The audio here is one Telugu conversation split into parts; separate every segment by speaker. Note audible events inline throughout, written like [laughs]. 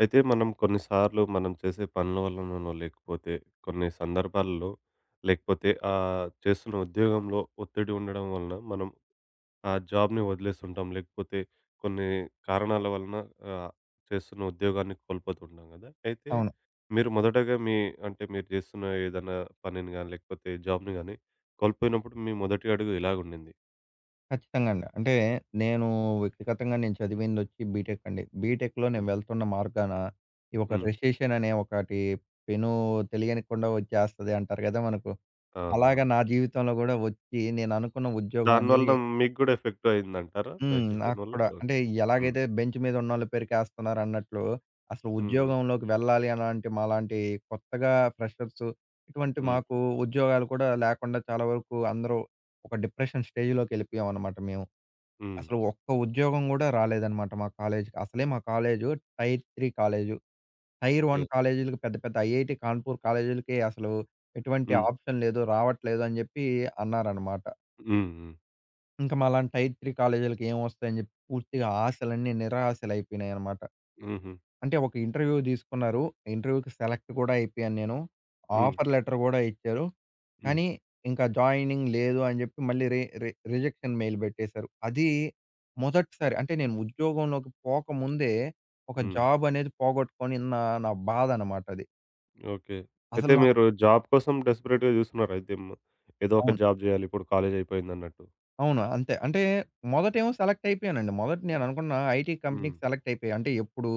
Speaker 1: అయితే మనం కొన్నిసార్లు మనం చేసే పనుల వల్లనో లేకపోతే కొన్ని సందర్భాల్లో లేకపోతే ఆ చేస్తున్న ఉద్యోగంలో ఒత్తిడి ఉండడం వలన మనం ఆ జాబ్‌ని వదిలేస్తుంటాం. లేకపోతే కొన్ని కారణాల వలన ఆహ్, చేస్తున్న ఉద్యోగాన్ని కోల్పోతుంటాం గదా! అయితే
Speaker 2: అవును.
Speaker 1: మీరు మొదటగా అంటే మీరు చేస్తున్న ఏదైనా పనిని గాని లేకపోతే జాబ్‌ని గాని కోల్పోయినప్పుడు మీ మొదటి అడుగు ఇలాగుండింది.
Speaker 2: ఖచ్చితంగా అండి. అంటే నేను వ్యక్తిగతంగా నేను చదివిందొచ్చి బీటెక్ అండి. బీటెక్‌లో నేను
Speaker 1: హ్మ్.
Speaker 2: వెళ్తున్న మార్గాన ఈ ఒక
Speaker 1: హ్మ్.
Speaker 2: రెసెషన్ అనే ఒకటి పెను తెలియనికుండా వచ్చేస్తది అంటారు కదా! మనకు. అలాగా
Speaker 1: అవునవును.
Speaker 2: నా జీవితంలో కూడా వచ్చి నేను అనుకున్న ఉద్యోగం
Speaker 1: దానివల్ల
Speaker 2: అనేది
Speaker 1: మీకు గూడా ఎఫెక్ట్ అయిందంటారా?
Speaker 2: హ్మ్.
Speaker 1: డెసిషన్
Speaker 2: నాకు
Speaker 1: వల్ల?
Speaker 2: కూడా అంటే
Speaker 1: ఓకే. హ్మ్.
Speaker 2: ఎలాగైతే బెంచ్ మీద ఉన్నోళ్ళు పెరికేస్తున్నారు అన్నట్లు అసలు
Speaker 1: హ్మ్.
Speaker 2: ఉద్యోగంలోకి వెళ్ళాలి అలాంటి మాలాంటి కొత్తగా ఫ్రెషర్స్ ఇటువంటి
Speaker 1: హ్మ్.
Speaker 2: మాకు ఉద్యోగాలు కూడా లేకుండా చాలా వరకు అందరూ ఒక డిప్రెషన్ స్టేజ్‌లోకెళ్ళిపోయామన్నమాట మేము.
Speaker 1: హ్మ్.
Speaker 2: అసలు ఒక్క ఉద్యోగం గూడా రాలేదనమాట మా కాలేజీకి. అసలే మా college tier 3 college. Tier
Speaker 1: okay.
Speaker 2: 1 కాలేజీలకి పెద్ద పెద్ద ఐఐటీ కాన్పూర్ కాలేజీలకి అసలు ఎటువంటి
Speaker 1: హ్మ్.
Speaker 2: ఆప్షన్ లేదు, రావట్లేదు అని జెప్పి అన్నారనమాట.
Speaker 1: హ్మ్. హ్మ్.
Speaker 2: ఇంకా మాలాంటి టైర్ 3 కాలేజీలకి ఏమొస్తాయని జెప్పి పూర్తిగా ఆశలన్నీ నిరాశలయిపోయినాయనమాట.
Speaker 1: హుహు.
Speaker 2: అంటే ఒక ఇంటర్వ్యూ దీసుకున్నారు. ఇంటర్వ్యూకి సెలెక్ట్ గూడా అయిపోయాను నేను.
Speaker 1: హ్మ్.
Speaker 2: ఆఫర్ లెటర్ గూడా ఇచ్చారు.
Speaker 1: హ్మ్.
Speaker 2: కానీ ఇంకా జాయినింగ్ లేదు అని జెప్పి మళ్ళీ రి రి రిజెక్షన్ మెయిల్ బెట్టేశారు. అది మొదటిసారి అంటే నేను ఉద్యోగంలోకి పోకముందే ఒక
Speaker 1: హ్మ్.
Speaker 2: జాబ్ అనేది పోగొట్టుకొని నా నా బాధనమాట అది.
Speaker 1: ఓకే. అయితే
Speaker 2: అసలు నా
Speaker 1: మీరు జాబ్ కోసం డెస్పరేట్‌గా చూస్తున్నారు. అయితే ఏదో ఒక
Speaker 2: అవును.
Speaker 1: జాబ్ చేయాలి ఇప్పుడు కాలేజ్ అయిపోయిందన్నట్టు.
Speaker 2: అవును. అంతే. అంటే మొదటేమో సెలెక్ట్ అయిపోయానండి. మొదట నేను అనుకున్న ఐటీ
Speaker 1: హ్మ్.
Speaker 2: కంపెనీకి సెలెక్ట్ అయిపోయా. అంటే ఎప్పుడు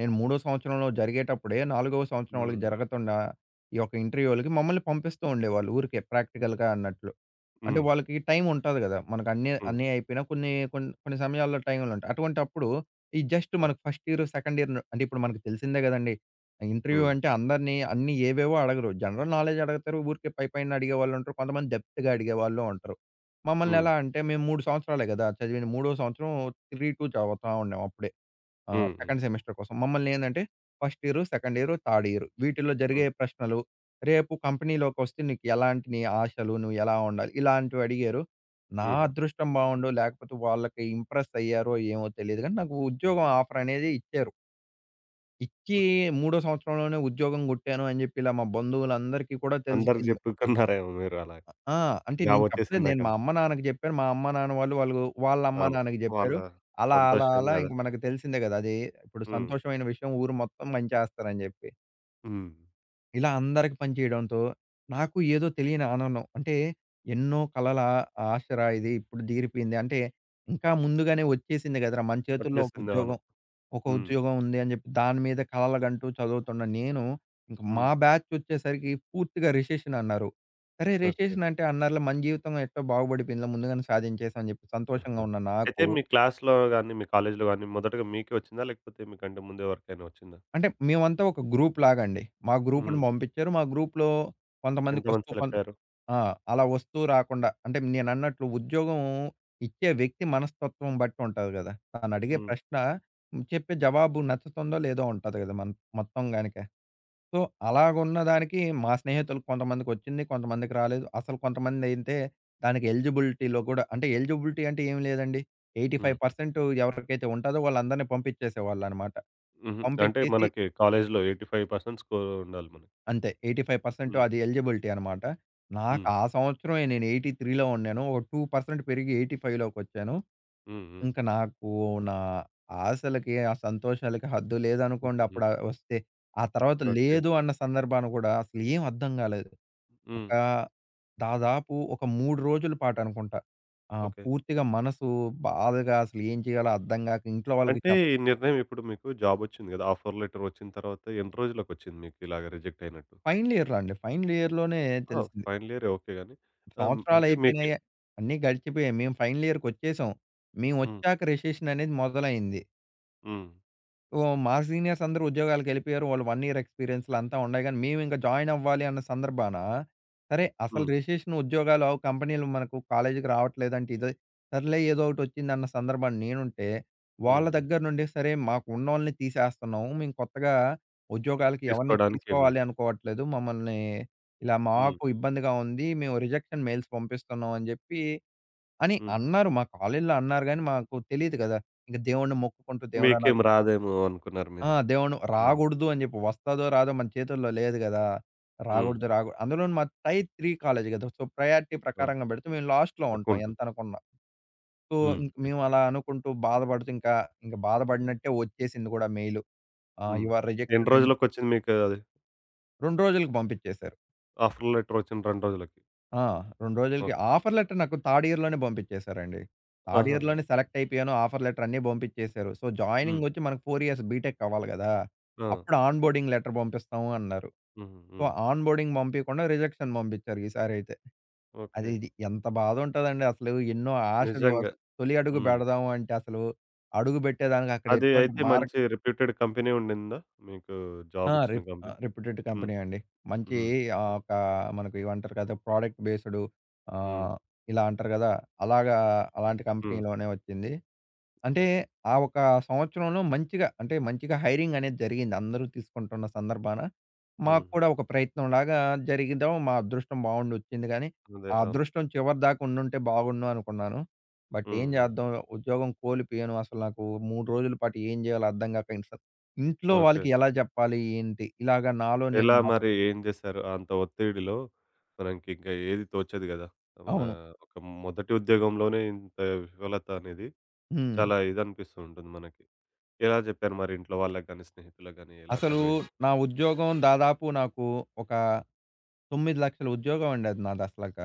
Speaker 2: నేను మూడో సంవత్సరంలో జరిగేటప్పుడే, నాలుగవ సంవత్సరం వాళ్ళకి
Speaker 1: హ్మ్.
Speaker 2: జరుగుతున్న ఈ యొక్క ఇంటర్వ్యూలకి మమ్మల్ని పంపిస్తూ ఉండేవాళ్ళు ఊరికే ప్రాక్టికల్‌గా అన్నట్లు. అంటే
Speaker 1: హ్మ్.
Speaker 2: వాళ్ళకి టైం ఉంటది గదా! మనకు అన్నీ
Speaker 1: హ్మ్.
Speaker 2: అన్నీ అయిపోయినా కొన్ని కొన్ని కొన్ని సమయాల్లో టైములుంటాయి. అటువంటప్పుడు ఈ జస్ట్
Speaker 1: అవును.
Speaker 2: మనకు ఫస్ట్ ఇయర్, సెకండ్ ఇయర్ అంటే ఇప్పుడు మనకు తెలిసిందే గదండీ! ఇంటర్వ్యూ
Speaker 1: హ్మ్.
Speaker 2: అంటే అందరిని అన్నీ ఏవేవో అడగరు. జనరల్ నాలెడ్జ్ అడుగుతారు. ఊరికే పైపైన అడిగేవాళ్ళుంటారు. కొంతమంది డెప్త్‌గా అడిగేవాళ్ళు ఉంటారు. మమ్మల్ని
Speaker 1: హ్మ్.
Speaker 2: ఎలా అంటే మేము 3 సంవత్సరాలే గదా! చదివింది. మూడో సంవత్సరం 3-2 చదువుతా ఉన్నాం అప్పుడే.
Speaker 1: హ్మ్. హ్మ్.
Speaker 2: సెకండ్ సెమిస్టర్ కోసం. మమ్మల్ని ఏందంటే first year, second year, third year వీటిల్లో జరిగే
Speaker 1: హ్మ్.
Speaker 2: ప్రశ్నలు, రేపు కంపెనీలోకొస్తే నీకు ఎలాంటి నీ ఆశలు, నువ్వు ఎలా ఉండాలి ఇలాంటివి అడిగారు. నా
Speaker 1: హుహు.
Speaker 2: అదృష్టం బావుండో లేకపోతే వాళ్ళకి ఇంప్రెస్ అయ్యారో ఏమో తెలీదు గానీ నాకు ఉద్యోగం ఆఫర్ అనేది ఇచ్చారు. ఇచ్చి
Speaker 1: ఓకే.
Speaker 2: మూడో సంవత్సరంలోనే ఉద్యోగం కొట్టాను అని జెప్పి ఇలా మా బంధువులందరికీ కూడా
Speaker 1: అందరికి
Speaker 2: తెలిసిపోయింది.
Speaker 1: చెప్పుకున్నారేమో మీరు అలా
Speaker 2: ఆ! అంటే
Speaker 1: జాబ్
Speaker 2: నేను చెప్పలేదు. నేను మా
Speaker 1: వచ్చేసిందాకని.
Speaker 2: అమ్మ, నాన్నకి జెప్పాను. మా అమ్మ, నాన్న వాళ్ళు వాళ్ళ అమ్మ,
Speaker 1: అవును.
Speaker 2: నాన్నకి
Speaker 1: వాళ్ళ
Speaker 2: జెప్పారు. అలా, అలా,
Speaker 1: సంతోషం
Speaker 2: అలా
Speaker 1: గదా!
Speaker 2: ఇంక మనకు తెలిసిందే గదా! అది ఇప్పుడు
Speaker 1: హ్మ్.
Speaker 2: సంతోషమైన విషయం ఊరు మొత్తం పంచేస్తారని జెప్పి.
Speaker 1: హ్మ్.
Speaker 2: ఇలా అందరికి పంచేయడంతో నాకు ఏదో తెలియని ఆనందం. అంటే ఎన్నో కలల ఆశరా ఇది ఇప్పుడు తీరిపోయింది. అంటే ఇంకా ముందుగానే వచ్చేసింది గదరా! మన చేతుల్లో ఒక
Speaker 1: వచ్చేసింది. అవును.
Speaker 2: ఉద్యోగం. ఒక
Speaker 1: హ్మ్.
Speaker 2: ఉద్యోగం ఉంది అని జెప్పి దాని మీద కలలుగంటూ చదువుతున్న నేను, ఇంక
Speaker 1: హ్మ్.
Speaker 2: మా బ్యాచొచ్చేసరికి పూర్తిగా రిసెషన్ అన్నారు. సరే
Speaker 1: ఓకే.
Speaker 2: రిసెషన్ అంటే అన్నారులే మన జీవితం ఎట్టో బాగుపడిపోయిందిలే ముందుగానే సాధించేసాం అని జెప్పి సంతోషంగా
Speaker 1: ఆహా!
Speaker 2: ఉన్న
Speaker 1: అయితే
Speaker 2: నాకు
Speaker 1: మీ క్లాస్‌లో గాని, మీ కాలేజ్‌లో గాని మొదటగా మీకే వచ్చిందా? లేకపోతే మీకంటే ముందు ఎవరికైనా వచ్చిందా?
Speaker 2: అంటే మేమంతా ఒక గ్రూప్ లాగండి. మా గ్రూప్‌ని
Speaker 1: హ్మ్.
Speaker 2: పంపిచ్చారు. మా గ్రూప్‌లో
Speaker 1: ఎంతమంది
Speaker 2: కొంతమందికొస్తూ
Speaker 1: సెలెక్ట్
Speaker 2: కొంత
Speaker 1: అయ్యారు?
Speaker 2: ఆ! అలా వస్తూ రాకుండా అంటే నేనన్నట్లు ఉద్యోగం ఇచ్చే వ్యక్తి మనస్తత్వం బట్టి ఉంటది గదా! తనడిగే
Speaker 1: హ్మ్.
Speaker 2: ప్రశ్న, చెప్పే జవాబు నచ్చుతుందో లేదో ఉంటది గదా! మన మొత్తం గనక. సో, అలాగున్న దానికి మా స్నేహితులు కొంతమందికొచ్చింది. కొంతమందికి రాలేదు. అసలు కొంతమందైతే దానికి ఎలిజిబిలిటీలో గూడా అంటే ఎలిజిబిలిటీ అంటే ఏం లేదండి.
Speaker 1: హ్మ్.
Speaker 2: 85% ఎవరికైతే ఉంటాదో వాళ్ళందరిని పంపించేసేవాళ్ళనమాట.
Speaker 1: హుహు. అంటే
Speaker 2: పంపించేసి
Speaker 1: మనకి కాలేజ్‌లో 85% స్కోర్ ఉండాలి మనకి.
Speaker 2: అంతే 85%
Speaker 1: హ్మ్.
Speaker 2: అది ఎలిజిబిలిటీ అనమాట. నాకు
Speaker 1: హ్మ్.
Speaker 2: ఆ సంవత్సరమే నేను 83లో ఉన్నాను. ఒక 2% పెరిగి 85లోకొచ్చాను.
Speaker 1: హ్మ్. హ్మ్.
Speaker 2: ఇంక నాకు నా ఆశలకి, ఆ సంతోషాలకి హద్దు లేదనుకోండి
Speaker 1: హుహుహు.
Speaker 2: అప్పుడు వస్తే. ఆ తర్వాత
Speaker 1: ఓకే.
Speaker 2: లేదు అన్న సందర్భాన గూడా అసలు ఏం అర్థం గాలేదు.
Speaker 1: హ్మ్.
Speaker 2: ఒక దాదాపు ఒక 3 రోజుల పాటనుకుంటా.
Speaker 1: ఓకే.
Speaker 2: పూర్తిగా మనసు బాధగా అసలు ఏం చేయాలో అర్థం గాక ఇంట్లో వాళ్ళకి
Speaker 1: అంటే ఈ నిర్ణయం ఇప్పుడు మీకు జాబొచ్చింది గదా! ఆఫర్ లెటర్ వచ్చిన తర్వాత ఎన్ని రోజులకొచ్చింది మీకు ఇలాగ రిజెక్ట్ అయినట్టు?
Speaker 2: ఫైనల్ ఇయర్‌లో అండి. ఫైనల్ ఇయర్‌లోనే
Speaker 1: ఆ!
Speaker 2: తెలిసింది.
Speaker 1: ఫైనల్ ఇయరే ఓకే గాని అంటే మీకు
Speaker 2: సంవత్సరాలయిపోయినాయి. అన్నీ గడిచిపోయాయి. మేము ఫైనల్ ఇయర్‌కొచ్చేసాం.
Speaker 1: హ్మ్.
Speaker 2: మేమొచ్చాక రిసెషన్ అనేది మొదలైంది.
Speaker 1: హ్మ్.
Speaker 2: సో, మా సీనియర్స్ అందరూ ఉద్యోగాలకెళ్ళిపోయారు. వాళ్ళు 1 ఇయర్ ఎక్స్‌పీరియన్స్‌లంతా ఉన్నాయి గానీ, మేవింకా జాయిన్ అవ్వాలి అన్న సందర్భాన, సరే అసలు
Speaker 1: హ్మ్.
Speaker 2: రిజిస్ట్రేషన్ ఉద్యోగాలు అవు కంపెనీలు మనకు కాలేజీకి రావట్లేదంటే ఇదే, సర్లే ఏదో ఒకటొచ్చిందన్న సందర్భాన నేనుంటే, వాళ్ళ
Speaker 1: హుహు.
Speaker 2: దగ్గర నుండి సరే మాకు ఉన్నోళ్ళని తీసేస్తున్నాం. మేము కొత్తగా ఉద్యోగాలకి ఎవరిని
Speaker 1: తీసుకోవడానికి ఏం లేదు.
Speaker 2: తీసుకోవాలి అనుకోవట్లేదు. మమ్మల్ని ఇలా
Speaker 1: హ్మ్.
Speaker 2: మాకు ఇబ్బందిగా ఉంది. మేము రిజెక్షన్ మెయిల్స్ పంపిస్తున్నాం అని జెప్పి అని
Speaker 1: హ్మ్.
Speaker 2: అన్నారు. మా కాలేజీలో అన్నారు గానీ, మాకు తెలీదు గదా! ఇంక దేవుడిని మొక్కుకుంటూ దేవుడా
Speaker 1: మీకేం
Speaker 2: నాకు
Speaker 1: రాదేమో అనుకున్నారు
Speaker 2: ఆ!
Speaker 1: మీరు.
Speaker 2: దేవుడు
Speaker 1: హ్మ్.
Speaker 2: రాగూడదు అని జెప్పి. వస్తదో రాదో మన చేతుల్లో లేదు గదా!
Speaker 1: హ్మ్.
Speaker 2: రాగూడదు హ్మ్. రాగు అందులోను మా టైర్ 3 కాలేజీ గదా! సో, ప్రయారిటీ
Speaker 1: అవును.
Speaker 2: ప్రకారంగా బెడితే మేము లాస్ట్‌లో ఉంటాం
Speaker 1: తక్కువుంటుంది.
Speaker 2: ఎంతనుకున్నా. సో,
Speaker 1: హ్మ్.
Speaker 2: ఇంక మేము
Speaker 1: నిజం.
Speaker 2: అలా అనుకుంటూ బాధపడుతూ ఇంకా, ఇంక బాధపడినట్టే ఒచ్చేసింది గూడా మెయిలు.
Speaker 1: హ్మ్.
Speaker 2: యూ ఆర్
Speaker 1: ఎన్ని
Speaker 2: రిజెక్టెడ్ అని
Speaker 1: రోజులకొచ్చింది మీకు అది?
Speaker 2: 2 రోజులకి పంపించేశారు.
Speaker 1: ఆఫర్ లెటర్ వచ్చిన 2 రోజులకి.
Speaker 2: ఆ! 2 రోజులకి
Speaker 1: ఓకే.
Speaker 2: ఆఫర్ లెటర్ నాకు థర్డ్ ఇయర్‌లోనే పంపించేశారండి. థర్డ్
Speaker 1: ఆహాహా!
Speaker 2: ఇయర్‌లోనే సెలెక్ట్ అయిపోయాను. ఆఫర్ లెటర్ అన్నీ బంపించేశారు. సో,
Speaker 1: హ్మ్.
Speaker 2: జాయినింగొచ్చి మనకు 4 ఇయర్స్ బీటెక్ అవ్వాలి గదా!
Speaker 1: ఆ!
Speaker 2: అప్పుడు ఆన్ బోర్డింగ్ లెటర్ బంపిస్తాము అన్నారు.
Speaker 1: హ్మ్.
Speaker 2: సో,
Speaker 1: హ్మ్.
Speaker 2: ఆన్ బోర్డింగ్ పంపియకుండా రిజెక్షన్ పంపిచ్చారు ఈసారైతే. అది
Speaker 1: ఓకే.
Speaker 2: ఇది ఎంత బాధుంటదండి అసలు. ఎన్నో ఆశలు
Speaker 1: నిజంగా.
Speaker 2: అసలు తొలి అడుగు
Speaker 1: హ్మ్.
Speaker 2: బెడదాము అంటే అసలు అడుగు బెట్టేదానికి అక్కడ
Speaker 1: అది
Speaker 2: ఎటువంటి
Speaker 1: అయితే
Speaker 2: మార్క్
Speaker 1: మంచి రిప్యూటెడ్ కంపెనీ ఉండిందా? మీకు
Speaker 2: ఆ!
Speaker 1: జాబ్ ఇచ్చిన
Speaker 2: రిప్ ఆహ్,
Speaker 1: కంపెనీ?
Speaker 2: రిప్యూటెడ్
Speaker 1: హ్మ్.
Speaker 2: కంపెనీ అండి. మంచి
Speaker 1: హ్మ్.
Speaker 2: ఒక మనకు ఇవంటారు కదా! ప్రొడక్ట్ బేస్‌డు
Speaker 1: హ్మ్.
Speaker 2: ఆహ్, ఇలా అంటారు గదా! అలాగా అలాంటి
Speaker 1: హ్మ్.
Speaker 2: కంపెనీలోనే వచ్చింది. అంటే,
Speaker 1: ఓకే.
Speaker 2: ఆ ఒక సంవత్సరంలో మంచిగా అంటే, మంచిగా హైరింగ్ అనేది జరిగింది. అందరూ తీసుకుంటున్న సందర్భాన.
Speaker 1: హ్మ్.
Speaker 2: మాకు కూడా ఒక ప్రయత్నంలాగా జరిగడం మా అదృష్టం బావుండొచ్చింది గానీ,
Speaker 1: అదే.
Speaker 2: ఆ
Speaker 1: అవును.
Speaker 2: అదృష్టం చివరి దాకా ఉండుంటే బాగుండును అనుకున్నాను. బట్
Speaker 1: హ్మ్.
Speaker 2: ఏం
Speaker 1: హ్మ్.
Speaker 2: చేద్దాం ఉద్యోగం కోల్పోయాను. అసలు నాకు 3 రోజుల పాటు ఏం చేయాలో అర్థం కాక ఇంట్లో ఇంట్లో
Speaker 1: ఓకే.
Speaker 2: వాళ్ళకి ఎలా చెప్పాలి? ఏంటి? ఇలాగ నాలో నేను
Speaker 1: ఎలా
Speaker 2: మా-
Speaker 1: మరి ఏం జేశారు? అంత ఒత్తిడిలో మనకింక ఏది తోచదు గదా! మన
Speaker 2: అవును.
Speaker 1: ఒక మొదటి ఉద్యోగంలోనే ఇంత విఫలత అనేది
Speaker 2: హ్మ్.
Speaker 1: చాలా ఇదనిపిస్తూ ఉంటుంది మనకి. ఎలా జెప్పారు మరి ఇంట్లో వాళ్ళకి గాని, స్నేహితులకు గాని ఎలా
Speaker 2: అసలు
Speaker 1: కన్వే జే
Speaker 2: నా ఉద్యోగం దాదాపు నాకు ఒక 9,00,000 ఉద్యోగం అండి అది నాదసలక.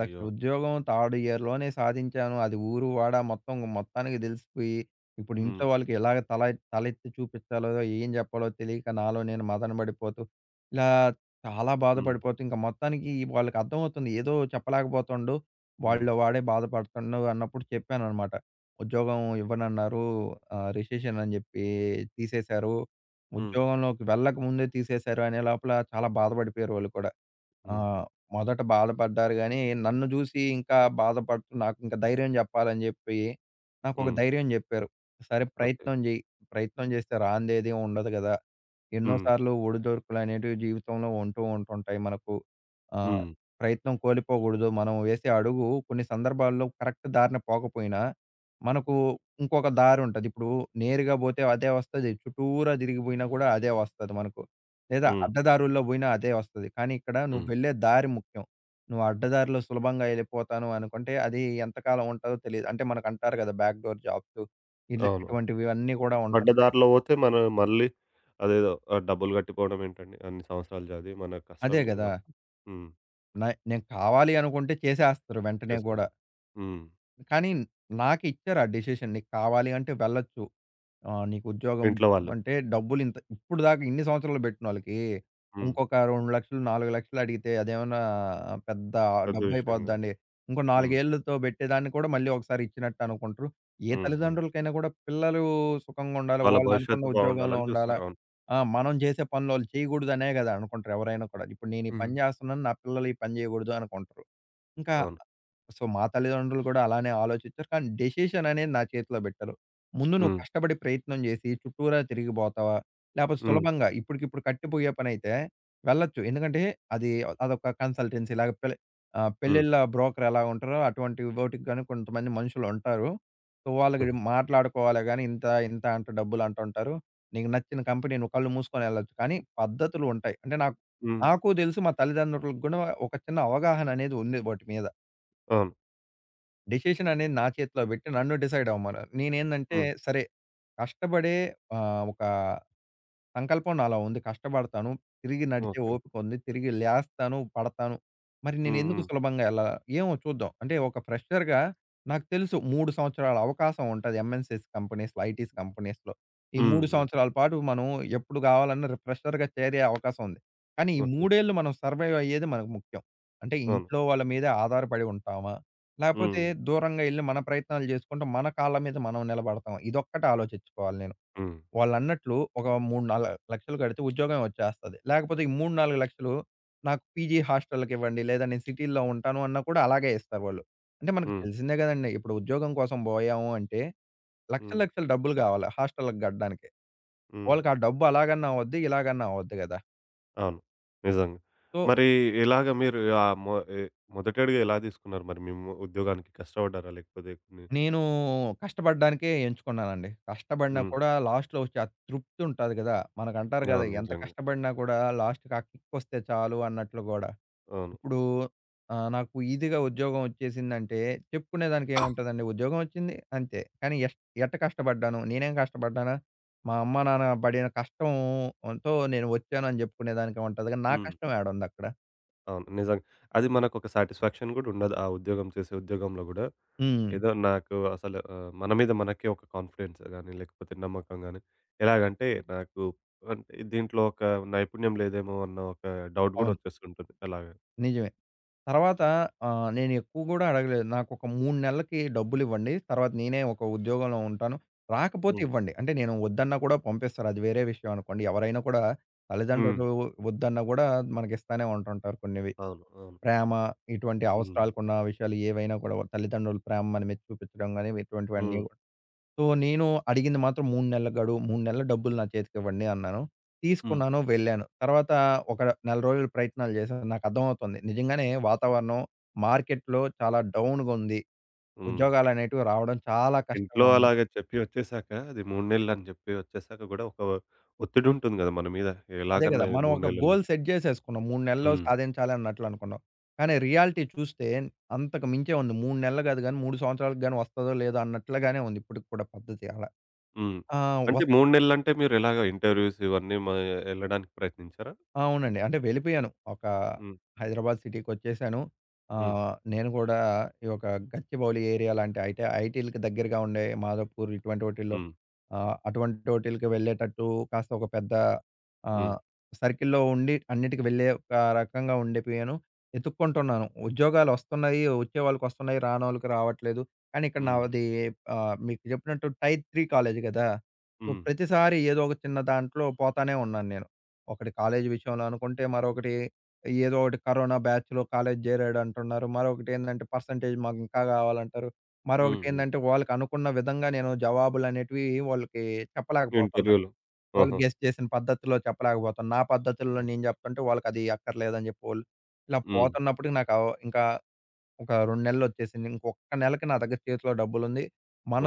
Speaker 1: అయ్యో!
Speaker 2: ఉద్యోగం థర్డ్ ఇయర్‌లోనే సాధించాను. అది ఊరు, వాడ మొత్తం మొత్తానికి దెలిసిపోయి, ఇప్పుడు
Speaker 1: హ్మ్.
Speaker 2: ఇంట్లో వాళ్ళకి ఎలాగ తలెత్తి చూపిచ్చాలో, ఏం జెప్పాలో తెలియక నాలో నేను మదనబడిపోతూ, ఇలా చాలా
Speaker 1: హ్మ్.
Speaker 2: బాధపడిపోతూ, ఇంక మొత్తానికి వాళ్ళకి అర్థమవుతుంది. ఏదో చెప్పలేకపోతుండు.
Speaker 1: హ్మ్.
Speaker 2: వాడిలో వాడే బాధపడుతుండు అన్నప్పుడు చెప్పాననమాట. ఉద్యోగం ఇవ్వనన్నారు. రిసెషన్ అని జెప్పి తీసేశారు.
Speaker 1: హ్మ్.
Speaker 2: ఉద్యోగంలోకి వెళ్ళక ముందే తీసేశారు అనే లోపల చాలా బాధపడిపోయారు వాళ్ళు కూడా.
Speaker 1: హుహు.
Speaker 2: ఆహ్, మొదట బాధపడ్డారు గానీ, నన్ను జూసి ఇంకా బాధపడుతూ నాకింక ధైర్యం జెప్పాలని జెప్పి, నాకొక
Speaker 1: హ్మ్.
Speaker 2: ధైర్యం జెప్పారు. సరే
Speaker 1: ఓకే.
Speaker 2: ప్రయత్నం జెయి. ప్రయత్నం జేస్తే రానిదేది ఉండదు గదా! ఎన్నో
Speaker 1: హ్మ్.
Speaker 2: సార్లు ఒడిదొడుకులనేటివి జీవితంలో ఉంటూ ఉంటుంటాయి మనకు. ఆహ్,
Speaker 1: హ్మ్.
Speaker 2: ప్రయత్నం కోల్పోకూడదు. మనం వేసే అడుగు కొన్ని సందర్భాల్లో కరెక్ట్ దారిన పోకపోయినా, మనకు ఇంకొక దారుంటది. ఇప్పుడు నేరుగా పోతే అదే వస్తది. చుట్టూరా తిరిగి పోయినా కూడా అదే వస్తది మనకు. లేదా
Speaker 1: హ్మ్.
Speaker 2: అడ్డదారుల్లో పోయినా అదే వస్తది. కానీ ఇక్కడ నువ్వు
Speaker 1: హ్మ్.
Speaker 2: వెళ్ళే దారి ముఖ్యం. నువ్వు అడ్డదారిలో సులభంగా ఎళ్ళిపోతాను అనుకుంటే, అది ఎంతకాలం ఉంటాదో తెలీదు. అంటే మనకంటారు కదా! బ్యాక్ డోర్ జాబ్స్ ఇట్ల
Speaker 1: అవును.
Speaker 2: ఇటువంటివి అన్నీ కూడా ఉంటుంటాయి.
Speaker 1: అడ్డదారిలో పోతే మనం మళ్ళీ అదేదో డబ్బులు గట్టిపోవడం ఏంటండి? అన్ని సంవత్సరాలు చదివి మన కష్టం
Speaker 2: అదే
Speaker 1: మీద
Speaker 2: గదా!
Speaker 1: సంపా హ్మ్.
Speaker 2: నేను కావాలి అనుకుంటే చేసేస్తారు వెంటనే
Speaker 1: చేసే
Speaker 2: గూడా.
Speaker 1: హ్మ్.
Speaker 2: కానీ నాకు ఇచ్చారు ఆ డెసిషన్. నీకు కావాలి అంటే వెళ్ళొచ్చు. నీకు ఉద్యోగం
Speaker 1: ఇంట్లో వాళ్ళు.
Speaker 2: అంటే డబ్బులు ఇంత ఇప్పుడు దాకా ఇన్ని సంవత్సరాలు బెట్టినోళ్ళకి
Speaker 1: హ్మ్.
Speaker 2: ఇంకొక 2,00,000 4,00,000 అడిగితే అదేమన్నా పెద్ద
Speaker 1: పెద్ద విషయం కాదు.
Speaker 2: డబ్బయిపోద్దండి. ఇంకో 4
Speaker 1: హ్మ్.
Speaker 2: ఏళ్లతో బెట్టేదాన్ని కూడా మళ్ళీ ఒకసారి ఇచ్చినట్టు అనుకుంటారు. ఏ
Speaker 1: హ్మ్. హ్మ్.
Speaker 2: తల్లిదండ్రులకైనా గూడా పిల్లలు సుఖంగా ఉండాలి.
Speaker 1: వాళ్ళ
Speaker 2: వాళ్ళు అనుకున్న
Speaker 1: భవిష్యత్తు
Speaker 2: ఉద్యోగంలో
Speaker 1: బావుండాలని
Speaker 2: ఉండాలా.
Speaker 1: చూస్తారు. అవును.
Speaker 2: ఆ! మనం జేసే పనులు ఆళ్ళు చేయగూడదనే గదా! అనుకుంటారు ఎవరైనా కూడా. ఇప్పుడు నేను ఈ
Speaker 1: హ్మ్.
Speaker 2: పని జేస్తున్నాను. నా పిల్లలు ఈ పని జేయగూడదు అనుకుంటారు. ఇంకా
Speaker 1: అవును.
Speaker 2: సో, మా తల్లిదండ్రులు కూడా అలానే ఆలోచించారు. కానీ డెసిషన్ అనేది నా చేతిలో బెట్టారు. ముందు నువ్వు
Speaker 1: హ్మ్.
Speaker 2: కష్టపడి ప్రయత్నం జేసి చుట్టూరా తిరిగిపోతావా? లేపోతే
Speaker 1: హ్మ్.
Speaker 2: సులభంగా ఇప్పటికిప్పుడు కట్టిపోయే పనైతే వెళ్ళొచ్చు. ఎందుకంటే అది అదొక కన్సల్టెన్సీ లాగా పెళ్లి
Speaker 1: హ్మ్.
Speaker 2: పెళ్ళిళ్ళ బ్రోకర్ ఎలా ఉంటారో అటువంటి వోటికి గాని కొంతమంది మనుషులుంటారు. సో, వాళ్ళకి
Speaker 1: హ్మ్. [laughs]
Speaker 2: మాట్లాడుకోవాలే గాని ఇంత, ఇంత అంట డబ్బులంటుంటారు. నీకు నచ్చిన కంపెనీ నువ్వు కళ్ళు మూసుకొని ఎళ్ళొచ్చు. కానీ పద్ధతులుంటాయి. అంటే నాకు నాకు దెలుసు మా తల్లిదండ్రులకు గూడా ఒక చిన్న అవగాహన అనేది ఉంది వాటి మీద.
Speaker 1: అవును.
Speaker 2: డెసిషన్ అనేది నా చేతిలో పెట్టి నన్ను డిసైడ్ అవ్వమన్నారు. నేనేందంటే
Speaker 1: హ్మ్.
Speaker 2: సరే కష్టపడే ఒక సంకల్పం నాలో ఉంది. కష్టపడతాను. తిరిగి నడిచే
Speaker 1: ఓకే.
Speaker 2: ఓపిక ఉంది. తిరిగి లేస్తాను, పడతాను. మరి
Speaker 1: హ్మ్.
Speaker 2: నేనెందుకు
Speaker 1: హ్మ్.
Speaker 2: సులభంగా ఎళ్ళాల? ఏమో చూద్దాం. అంటే ఒక ఫ్రెషర్‌గా నాకు తెలుసు 3 సంవత్సరాల అవకాశం ఉంటది. ఎంఎన్‌సిస్ కంపెనీస్‌లో, ఐటీస్ కంపెనీస్‌లో. ఈ
Speaker 1: హ్మ్.
Speaker 2: 3
Speaker 1: హ్మ్.
Speaker 2: సంవత్సరాల పాటు మనం ఎప్పుడు కావాలన్నా ఫ్రెషర్‌గా చేరే అవకాశం ఉంది. కానీ ఈ
Speaker 1: ఓకే.
Speaker 2: 3 ఏళ్ళు మనం సర్వైవ్ అయ్యేది మనకు ముఖ్యం. అంటే
Speaker 1: అవును.
Speaker 2: ఇంట్లో వాళ్ళ మీదే ఆధారపడి ఉంటామా? లేపోతే
Speaker 1: హ్మ్.
Speaker 2: దూరంగా ఎళ్లి మన ప్రయత్నాలు చేసుకుంటూ మన కాళ్ళ మీద మనం నిలబడతామా? ఇదొక్కటి ఆలోచించుకోవాలి నేను.
Speaker 1: హ్మ్.
Speaker 2: వాళ్ళన్నట్లు ఒక 3, 4 లక్షలు కడితే ఉద్యోగం వచ్చేస్తది. లేకపోతే ఈ 3, 4 లక్షలు నాకు పీజీ హాస్టల్‌కివ్వండి, లేదా నేను సిటీ‌లో ఉంటాను అన్నా కూడా అలాగే ఇస్తారు వాళ్ళు. అంటే మనకు
Speaker 1: హ్మ్.
Speaker 2: తెలిసిందే గదండీ! ఇప్పుడు ఉద్యోగం కోసం బోయాము అంటే లక్షలు,
Speaker 1: హ్మ్.
Speaker 2: లక్షలు డబ్బులు కావాలి హాస్టల్‌కి గట్టడానికి.
Speaker 1: హ్మ్.
Speaker 2: వాళ్ళకి ఆ డబ్బు అలాగన్నా అవద్ది, ఇలాగన్నా అవద్దు గదా!
Speaker 1: అవును. నిజంగా.
Speaker 2: సో,
Speaker 1: మరి ఇలాగ మీరు ఆహ్, మొ ఎ మొదటడుగు ఎలా తీసుకున్నారు? మరి మీ ఉద్యోగానికి కష్టపడ్డారా? లేకపోతే కొన్ని
Speaker 2: నేను కష్టపడ్డానికే ఎంచుకున్నానండి. కష్టపడినా
Speaker 1: హ్మ్.
Speaker 2: కూడా లాస్ట్‌లో వచ్చే ఆ తృప్తి ఉంటది గదా! మనకంటారు గదా!
Speaker 1: అవును.
Speaker 2: ఎంత
Speaker 1: నిజంగా.
Speaker 2: కష్టపడినా కూడా లాస్ట్‌కి ఆ కిక్ వస్తే చాలు అన్నట్లు గూడా.
Speaker 1: అవును.
Speaker 2: ఇప్పుడు నాకు ఈజీగా ఉద్యోగం వచ్చేసిందంటే, చెప్పుకునేదానికి ఏముంటదండి? ఉద్యోగం వచ్చింది అంతే. కానీ ఎట్ట కష్టపడ్డాను? నేనేం కష్టపడ్డానా? మా అమ్మ, నాన్న పడిన కష్టం ఎంతో నేను వచ్చాను అని జెప్పుకునేదానికే ఉంటది గానీ, నా
Speaker 1: హ్మ్.
Speaker 2: కష్టం ఏడుందక్కడ?
Speaker 1: అవును. నిజంగా. అది మనకొక సాటిస్ఫాక్షన్ గూడా ఉండదు. ఆ ఉద్యోగం చేసే ఉద్యోగంలో గూడా.
Speaker 2: హ్మ్.
Speaker 1: ఏదో నాకు అసలు మన మీద మనకే ఒక కాన్ఫిడెన్స్ గానీ, లేకపోతే నమ్మకం గానీ ఎలాగంటే నాకు అంటే దీంట్లో ఒక నైపుణ్యం లేదేమో అన్న ఒక డౌట్ గూడా
Speaker 2: అవును.
Speaker 1: వచ్చేస్తుంటుంది అలాగా.
Speaker 2: నిజమే. తర్వాత నేను ఎక్కువ గూడా అడగలేదు. నాకొక 3 నెలలకి డబ్బులివ్వండి. తర్వాత నేనే ఒక ఉద్యోగంలో ఉంటాను. రాకపోతే
Speaker 1: హ్మ్.
Speaker 2: ఇవ్వండి. అంటే నేను వద్దన్నా కూడా పంపిస్తారు. అది వేరే విషయం అనుకోండి. ఎవరైనా కూడా
Speaker 1: హ్మ్.
Speaker 2: తల్లిదండ్రులు వద్దన్నా గూడా మనకిస్తానే ఉంటుంటారు కొన్నివి.
Speaker 1: అవును. అవును.
Speaker 2: ప్రేమ ఇటువంటి
Speaker 1: హ్మ్.
Speaker 2: అవసరాలకున్న విషయాలు ఏవైనా కూడా వాళ్ళ తల్లిదండ్రుల ప్రేమ మన మీద చూపించడం గాని ఇటువంటివన్నీ
Speaker 1: హ్మ్.
Speaker 2: కూడా. సో, నేను అడిగింది మాత్రం 3 నెలల గడువు. 3 నెలల డబ్బులు నా చేతికివ్వండి అన్నాను.
Speaker 1: హ్మ్.
Speaker 2: తీసుకున్నాను వెళ్ళాను. తర్వాత ఒక నెల రోజులు ప్రయత్నాలు చేశాను. నాకర్థమవుతుంది. నిజంగానే వాతావరణం మార్కెట్‌లో చాలా డౌన్‌గుంది.
Speaker 1: హ్మ్.
Speaker 2: ఉద్యోగాలనేటివి రావడం చాలా
Speaker 1: ఇంట్లో
Speaker 2: కష్టంగా ఉంది.
Speaker 1: అలాగే చెప్పి వచ్చేసాక అది 3 నెలలని చెప్పి వచ్చేసాక గూడా ఒక ఒత్తిడుంటుంది గదా! మన మీద
Speaker 2: అదే కదా!
Speaker 1: ఎలాగన్నా ఈ
Speaker 2: మనం
Speaker 1: 3
Speaker 2: ఒక
Speaker 1: నెలలు.
Speaker 2: Goal set జేసేసుకున్నాం. 3 నెలల్లో
Speaker 1: హ్మ్.
Speaker 2: సాధించాలి అన్నట్లు అనుకున్నాం. కానీ రియాలిటీ చూస్తే అంతకు మించే ఉంది. 3 నెలలు కాదు గానీ, 3 సంవత్సరాలకు గాని వస్తదో లేదో అన్నట్లుగానే ఉంది ఇప్పటికి కూడా పద్ధతి అలా.
Speaker 1: హ్మ్.
Speaker 2: ఆ!
Speaker 1: అంటే
Speaker 2: వస్
Speaker 1: 3 నెలలంటే మీరెలాగా ఇంటర్వ్యూస్ ఇవన్నీ మ ఎళ్ళడానికి ప్రయత్నించారా?
Speaker 2: అవునండి. అంటే వెళ్ళిపోయాను. ఒక
Speaker 1: హ్మ్.
Speaker 2: హైదరాబాద్ సిటీకొచ్చేసాను.
Speaker 1: హ్మ్.
Speaker 2: నేను కూడా ఈ ఒక గచ్చిబౌలి ఏరియా లాంటి అయితే ఐటీలకి దగ్గరగా ఉండే మాదాపూర్ ఇటువంటి వాటిల్లో
Speaker 1: హ్మ్.
Speaker 2: అటువంటోటిలకి వెళ్ళేటట్టు కాస్త ఒక పెద్ద
Speaker 1: హ్మ్.
Speaker 2: ఆహ్, సర్కిల్‌లో ఉండి అన్నిటికి వెళ్ళే ఒక రకంగా ఉండిపోయాను. ఎతుక్కుంటున్నాను. ఉద్యోగాలొస్తున్నాయి, వచ్చేవాళ్ళకొస్తున్నాయి, రానోళ్ళకి రావట్లేదు. కానీ ఇక్కడ
Speaker 1: హ్మ్.
Speaker 2: నాది మీకు చెప్పినట్టు టైర్ 3 కాలేజ్ గదా! సో,
Speaker 1: హ్మ్.
Speaker 2: ప్రతిసారి ఏదో ఒక చిన్న దాంట్లో పోతానే ఉన్నాను నేను. ఒకటి కాలేజీ విషయంలో అనుకుంటే, మరొకటి ఏదో ఒకటి కరోనా బ్యాచ్‌లో కాలేజీ జేరాడంటున్నారు. మరొకటేందంటే పర్సెంటేజ్ మాకింకా గావాలంటారు.
Speaker 1: హ్మ్. హ్మ్.
Speaker 2: మరొకటేందంటే, వాళ్ళకనుకున్న విధంగా నేను జవాబులనేటివి వాళ్ళకి చెప్పలేకపోతున్నాను.
Speaker 1: ఇంటర్వ్యూలు.
Speaker 2: వాళ్ళు
Speaker 1: ఆహా!
Speaker 2: గెస్ చేసిన పద్ధతిలో చెప్పలేకపోతున్నా. నా పద్ధతుల్లో నేను
Speaker 1: ఓకే.
Speaker 2: జెప్తుంటే వాళ్ళకది అక్కర్లేదని జెప్పి వోళ్ళు ఇలా
Speaker 1: హ్మ్.
Speaker 2: పోతున్నప్పటికి నాకు ఇంకా ఒక 2 నెలలొచ్చేసింది. ఇంకొక్క నెలకి నా దగ్గర చేతిలో డబ్బులుంది.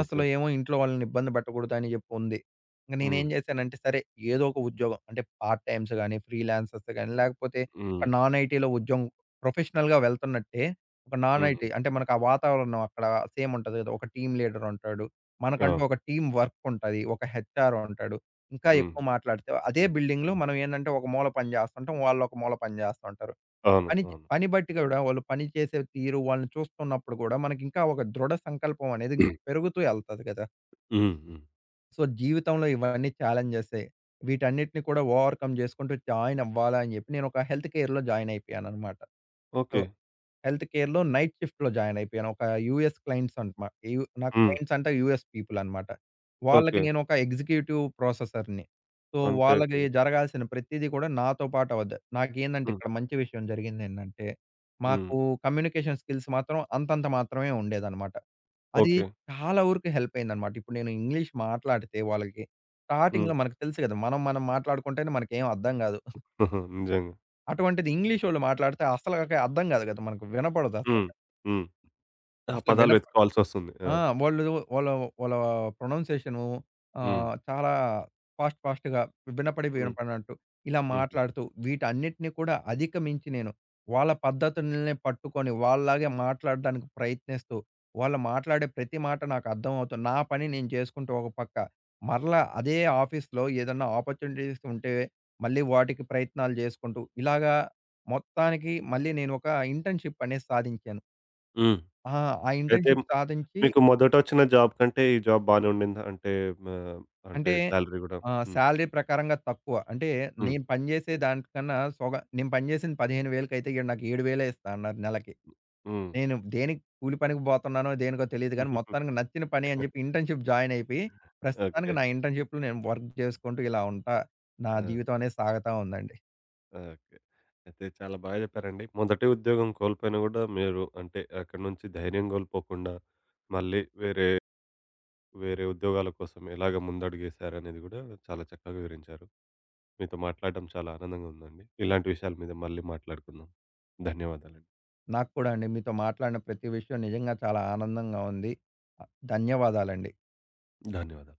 Speaker 1: ఓకే.
Speaker 2: ఏమో ఇంట్లో వాళ్ళని ఇబ్బంది పెట్టకూడదు అని జెప్పి ఉంది. ఇంక
Speaker 1: హ్మ్.
Speaker 2: నేనేం జేశానంటే సరే ఏదో ఒక ఉద్యోగం అంటే పార్ట్ టైమ్స్ గాని, ఫ్రీలాన్సర్స్ గాని లేకపోతే ఒక
Speaker 1: హ్మ్.
Speaker 2: నాన్ ఐటీ‌లో ఉద్యోగం ప్రొఫెషనల్‌గా వెళ్తున్నట్టే ఒక నాన్
Speaker 1: హ్మ్.
Speaker 2: ఐటీ అంటే మనకు ఆ వాతావరణం అక్కడ సేమ్ ఉంటది గదా! ఒక టీమ్ లీడర్ ఉంటాడు. మనకంటూ
Speaker 1: అవును.
Speaker 2: ఒక టీమ్ వర్క్ ఉంటది. ఒక హెచ్ఆర్ ఉంటాడు. ఇంకా
Speaker 1: హ్మ్.
Speaker 2: ఎక్కువ మాట్లాడితే అదే బిల్డింగ్‌లో మనం ఏందంటే ఒక మూల పని జేస్తుంటాం. వాళ్ళొక మూల పని జేస్తుంటారు.
Speaker 1: అవును. అవును.
Speaker 2: పని బట్టి గూడా వాళ్ళు పని చేసే తీరు, వాళ్ళని చూస్తున్నప్పుడు గూడా మనకింకా ఒక దృఢ సంకల్పం అనేది ఇంకా పెరుగుతూ ఎళ్తది గదా!
Speaker 1: హ్మ్. హ్మ్.
Speaker 2: సో, జీవితంలో ఇవన్నీ ఛాలెంజెసే. వీటన్నిటిని కూడా ఓవర్‌కమ్ జేసుకుంటూ జాయిన్ అవ్వాలా అని జెప్పి నేనొక హెల్త్ కేర్‌లో జాయిన్ అయిపోయాననమాట. So,
Speaker 1: okay.
Speaker 2: హెల్త్ కేర్‌లో నైట్ షిఫ్ట్‌లో జాయిన్ అయిపోయాను. ఒక యూఎస్ క్లయింట్స్ అంటమా యు నా
Speaker 1: హ్మ్.
Speaker 2: క్లయింట్స్ అంటే యూఎస్ పీపుల్ అన్నమాట. వాళ్ళకి
Speaker 1: ఓకే.
Speaker 2: నేను ఒక ఎగ్జిక్యూటివ్ ప్రాసెసర్‌ని. సో,
Speaker 1: అంటే
Speaker 2: వాళ్ళకి జరగాల్సిన ప్రతీది కూడా నాతో పాటు అవద్ద నాకేందంటే
Speaker 1: హ్మ్.
Speaker 2: ఇక్కడ మంచి విషయం జరిగిందేంటంటే,
Speaker 1: హ్మ్.
Speaker 2: మాకు కమ్యూనికేషన్ స్కిల్స్ మాత్రం అంతంత మాత్రమే ఉండేదన్నమాట. అది
Speaker 1: ఓకే.
Speaker 2: చాలా వరకు హెల్ప్ అయిందన్నమాట. ఇప్పుడు నేను ఇంగ్లీష్ మాట్లాడితే వాళ్ళకి
Speaker 1: హ్మ్.
Speaker 2: స్టార్టింగ్‌లో మనకు తెలుసు కదా! మనం మనం మాట్లాడుకుంటేనే మనకేం అర్థం కాదు.
Speaker 1: [laughs] నిజంగా.
Speaker 2: అటువంటిది ఇంగ్లీషోళ్ళు మాట్లాడితే అసలకి అర్థం కాదు కదా! మనకు వినపడదసల.
Speaker 1: హ్మ్. హ్మ్. ఆ
Speaker 2: అసలు
Speaker 1: పదాలు
Speaker 2: వినప
Speaker 1: వెతుక్కోవాల్సొస్తుంది. ఆ!
Speaker 2: ఆ! వాళ్ళు వాళ్ళ వాళ్ళ ప్రొనౌన్సియేషను
Speaker 1: హ్మ్.
Speaker 2: చాలా ఫాస్ట్ ఫాస్ట్‌గా వినపడి
Speaker 1: హ్మ్.
Speaker 2: వినపడినట్టు ఇలా
Speaker 1: హుహు.
Speaker 2: మాట్లాడుతూ వీటన్నిటిని కూడా అధిగమించి నేను వాళ్ళ పద్ధతుల్నే పట్టుకొని వాళ్ళలాగే మాట్లాడడానికి ప్రయత్నిస్తూ, వాళ్ళు మాట్లాడే ప్రతి మాట నాకు అర్థమవుతూ, నా పని నేను చేసుకుంటూ ఒక పక్క. మరలా అదే ఆఫీస్‌లో ఏదన్నా ఆపర్చునిటీస్ ఉంటే మళ్ళీ వాటికి ప్రయత్నాలు చేసుకుంటూ ఇలాగా మొత్తానికి మళ్ళీ నేను ఒక ఇంటర్న్‌షిప్ అనేది సాధించాను.
Speaker 1: హ్మ్.
Speaker 2: ఆ! ఆ
Speaker 1: అయితే
Speaker 2: ఇంటర్న్‌షిప్ సాధించి
Speaker 1: మీకు మొదటొచ్చిన జాబ్ కంటే ఈ జాబ్ బానే ఉండిందా? అంటే మా అంటే
Speaker 2: అంటే
Speaker 1: సాలరీ గూడా. హ్మ్.
Speaker 2: సాలరీ ప్రకారంగా తక్కువ. అంటే
Speaker 1: హ్మ్.
Speaker 2: నేను పనిజేసే దానికన్నా సొగ నేను పనిజేసింది 15,000కైతే ఈడు నాకు 7,000 ఇస్తా అన్నారు నెలకి.
Speaker 1: హ్మ్.
Speaker 2: నేను దేనికి కూలి పనికి బోతున్నానో, దేనికో తెలీదు గానీ,
Speaker 1: [laughs]
Speaker 2: మొత్తానికి నచ్చిన పని అని జెప్పి ఇంటర్న్‌షిప్ జాయిన్ అయిపోయి,
Speaker 1: ఓకే.
Speaker 2: ప్రస్తుతానికి నా ఇంటర్న్‌షిప్‌లో నేను వర్క్ జేసుకుంటూ ఇలా ఉంటా. నా
Speaker 1: ఆ!
Speaker 2: జీవితం అనేది సాగతా ఉందండి.
Speaker 1: ఓకే. అయితే చాలా బాగా జెప్పారండి. మొదటి ఉద్యోగం కోల్పోయినా గూడా మీరు అంటే అక్కడి నుంచి ధైర్యం గోల్పోకుండా మళ్ళీ వేరే, వేరే ఉద్యోగాల కోసం ఎలాగ ముందడుగేశారనేది గూడా చాలా చక్కగా వివరించారు. మీతో మాట్లాడడం చాలా ఆనందంగా ఉందండి. ఇలాంటి విషయాల మీద మళ్ళీ మాట్లాడుకుందాం. ధన్యవాదాలండి.
Speaker 2: నాకు కూడా అండి మీతో మాట్లాడిన ప్రతి విషయం నిజంగా చాలా ఆనందంగా ఉంది. ధన్యవాదాలండి.
Speaker 1: ధన్యవాదాలు.